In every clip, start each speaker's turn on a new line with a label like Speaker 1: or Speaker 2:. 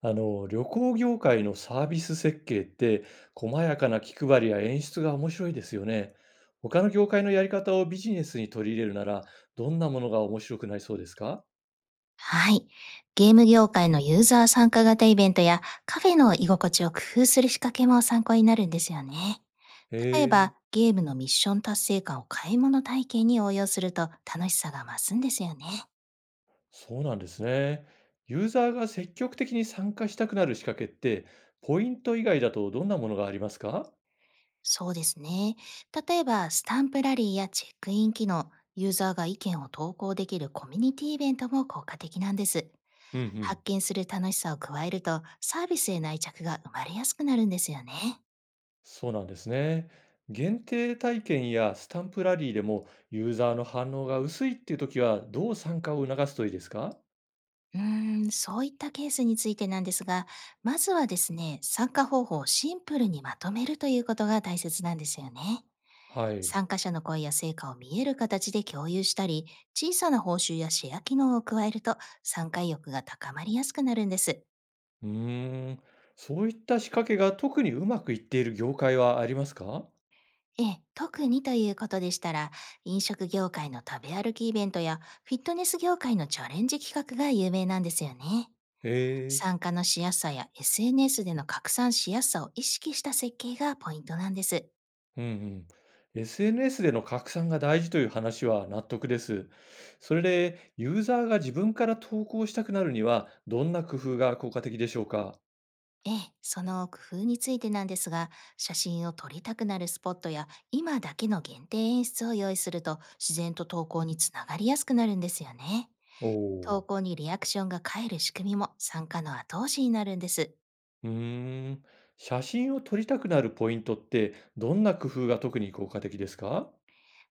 Speaker 1: 旅行業界のサービス設計って、細やかな気配りや演出が面白いですよね。他の業界のやり方をビジネスに取り入れるなら、どんなものが面白くなりそうですか？
Speaker 2: はい。ゲーム業界のユーザー参加型イベントやカフェの居心地を工夫する仕掛けも参考になるんですよね。
Speaker 1: へ
Speaker 2: 例え
Speaker 1: え、
Speaker 2: ば、ゲームのミッション達成感を買い物体験に応用すると楽しさが増すんですよね。
Speaker 1: そうなんですね。ユーザーが積極的に参加したくなる仕掛けって、ポイント以外だとどんなものがありますか？
Speaker 2: そうですね。例えば、スタンプラリーやチェックイン機能、ユーザーが意見を投稿できるコミュニティイベントも効果的なんです。
Speaker 1: うんうん。
Speaker 2: 発見する楽しさを加えると、サービスへの愛着が生まれやすくなるんですよね。
Speaker 1: そうなんですね。限定体験やスタンプラリーでもユーザーの反応が薄いっていう時はどう参加を促すといいですか？
Speaker 2: うーん、そういったケースについてなんですが、まずはですね、参加方法をシンプルにまとめるということが大切なんですよね。
Speaker 1: はい。
Speaker 2: 参加者の声や成果を見える形で共有したり、小さな報酬やシェア機能を加えると参加意欲が高まりやすくなるんです。
Speaker 1: うーん、そういった仕掛けが特にうまくいっている業界はありますか？
Speaker 2: ええ、特にということでしたら、飲食業界の食べ歩きイベントやフィットネス業界のチャレンジ企画が有名なんですよね。
Speaker 1: ええ、
Speaker 2: 参加のしやすさや SNS での拡散しやすさを意識した設計がポイントなんです。
Speaker 1: うんうん。SNS での拡散が大事という話は納得です。それで、ユーザーが自分から投稿したくなるには、どんな工夫が効果的でしょうか？
Speaker 2: ええ、その工夫についてなんですが、写真を撮りたくなるスポットや今だけの限定演出を用意すると自然と投稿につながりやすくなるんですよね。
Speaker 1: おお
Speaker 2: 投
Speaker 1: ー。
Speaker 2: 稿にリアクションが返る仕組みも参加の後押しになるんです。
Speaker 1: うーん、写真を撮りたくなるポイントって、どんな工夫が特に効果的ですか？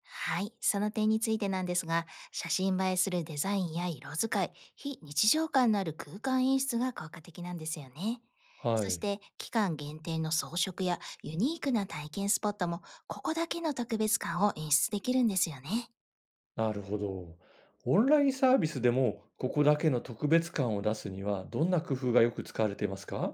Speaker 2: はい、その点についてなんですが、写真映えするデザインや色使い、非日常感のある空間演出が効果的なんですよね。
Speaker 1: は
Speaker 2: そし
Speaker 1: い。
Speaker 2: て、期間限定の装飾やユニークな体験スポットも、ここだけの特別感を演出できるんですよね。
Speaker 1: なるほど。オンラインサービスでも、ここだけの特別感を出すには、どんな工夫がよく使われていますか？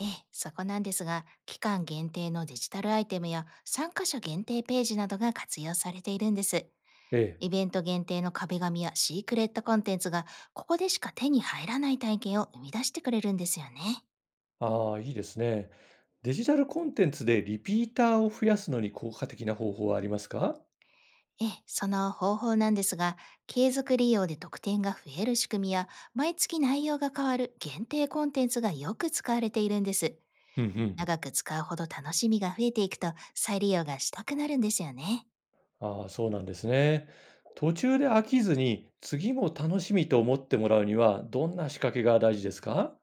Speaker 2: ええ、そこなんですが、期間限定のデジタルアイテムや参加者限定ページなどが活用されているんです。
Speaker 1: ええ。
Speaker 2: イベント限定の壁紙やシークレットコンテンツが、ここでしか手に入らない体験を生み出してくれるんですよね。
Speaker 1: ああ、いいですね。デジタルコンテンツでリピーターを増やすのに効果的な方法はありますか？
Speaker 2: ええ、その方法なんですが、継続利用で得点が増える仕組みや、毎月内容が変わる限定コンテンツがよく使われているんです。
Speaker 1: うんうん。
Speaker 2: 長く使うほど楽しみが増えていくと、再利用がしたくなるんですよね。
Speaker 1: ああ、そうなんですね。途中で飽きずに、次も楽しみと思ってもらうには、どんな仕掛けが大事ですか？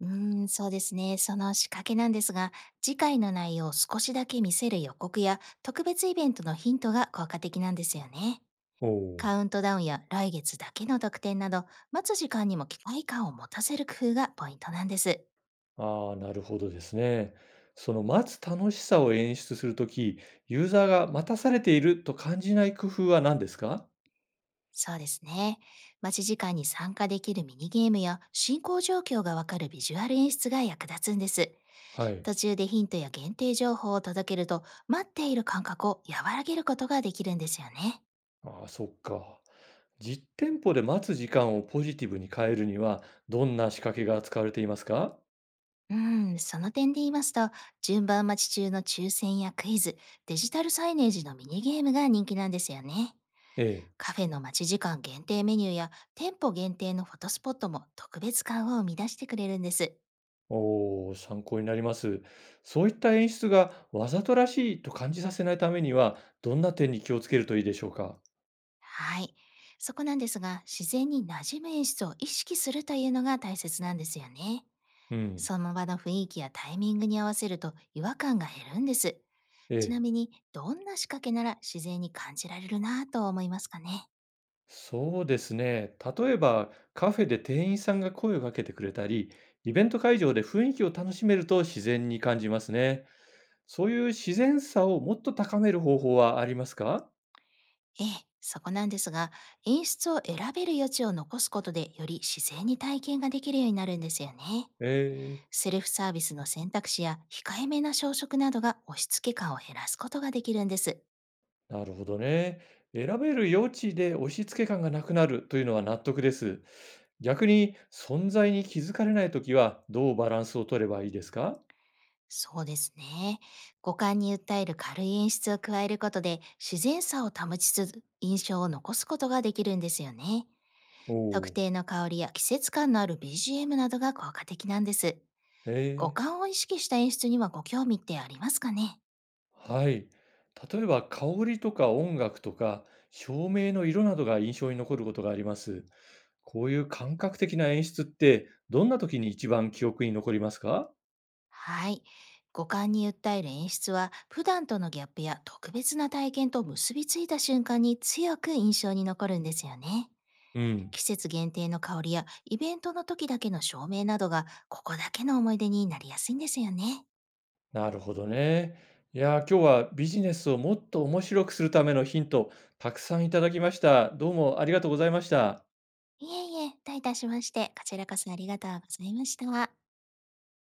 Speaker 2: うーん、そうですね。その仕掛けなんですが、次回の内容を少しだけ見せる予告や、特別イベントのヒントが効果的なんですよね。
Speaker 1: おおー
Speaker 2: カウントダウンや来月だけの特典など、待つ時間にも期待感を持たせる工夫がポイントなんです。
Speaker 1: ああ、なるほどですね。その待つ楽しさを演出するとき、ユーザーが待たされていると感じない工夫は何ですか？
Speaker 2: そうですね。待ち時間に参加できるミニゲームや進行状況がわかるビジュアル演出が役立つんです。
Speaker 1: はい。
Speaker 2: 途中でヒントや限定情報を届けると待っている感覚を和らげることができるんですよね。
Speaker 1: ああ、そっか。実店舗で待つ時間をポジティブに変えるには、どんな仕掛けが使われていますか？
Speaker 2: うん、その点で言いますと、順番待ち中の抽選やクイズ、デジタルサイネージのミニゲームが人気なんですよね。
Speaker 1: ええ。
Speaker 2: カフェの待ち時間限定メニューや店舗限定のフォトスポットも特別感を生み出してくれるんです。
Speaker 1: おお、参考になります。そういった演出がわざとらしいと感じさせないためには、どんな点に気をつけるといいでしょうか？
Speaker 2: はい。そこなんですが、自然に馴染む演出を意識するというのが大切なんですよね。
Speaker 1: うん。
Speaker 2: その場の雰囲気やタイミングに合わせると違和感が減るんです。
Speaker 1: え
Speaker 2: ちな
Speaker 1: え。
Speaker 2: みに、どんな仕掛けなら自然に感じられるなぁと思いますかね。
Speaker 1: そうですね。例えば、カフェで店員さんが声をかけてくれたり、イベント会場で雰囲気を楽しめると自然に感じますね。そういう自然さをもっと高める方法はありますか？
Speaker 2: ええ、そこなんですが、演出を選べる余地を残すことでより自然に体験ができるようになるんですよね。
Speaker 1: えー
Speaker 2: セルフサービスの選択肢や控えめな小食などが押し付け感を減らすことができるんです。
Speaker 1: なるほどね。選べる余地で押し付け感がなくなるというのは納得です。逆に、存在に気づかれないときは、どうバランスを取ればいいですか？
Speaker 2: そうですね。五感に訴える軽い演出を加えることで自然さを保ちつつ印象を残すことができるんですよね。
Speaker 1: おお
Speaker 2: 特
Speaker 1: ー。
Speaker 2: 定の香りや季節感のある BGM などが効果的なんです。五
Speaker 1: ええ
Speaker 2: 感を意識した演出にはご興味ってありますかね
Speaker 1: はい。例えば香りとか音楽とか照明の色などが印象に残ることがあります。こういう感覚的な演出ってどんな時に一番記憶に残りますか？
Speaker 2: はい。五感に訴える演出は普段とのギャップや特別な体験と結びついた瞬間に強く印象に残るんですよね。
Speaker 1: うん。
Speaker 2: 季節限定の香りやイベントの時だけの照明などがここだけの思い出になりやすいんですよね。
Speaker 1: なるほどね。いやー、今日はビジネスをもっと面白くするためのヒントたくさんいただきました。どうもありがとうございました。
Speaker 2: いえいえ、どういたしまして、こちらこそありがとうございました。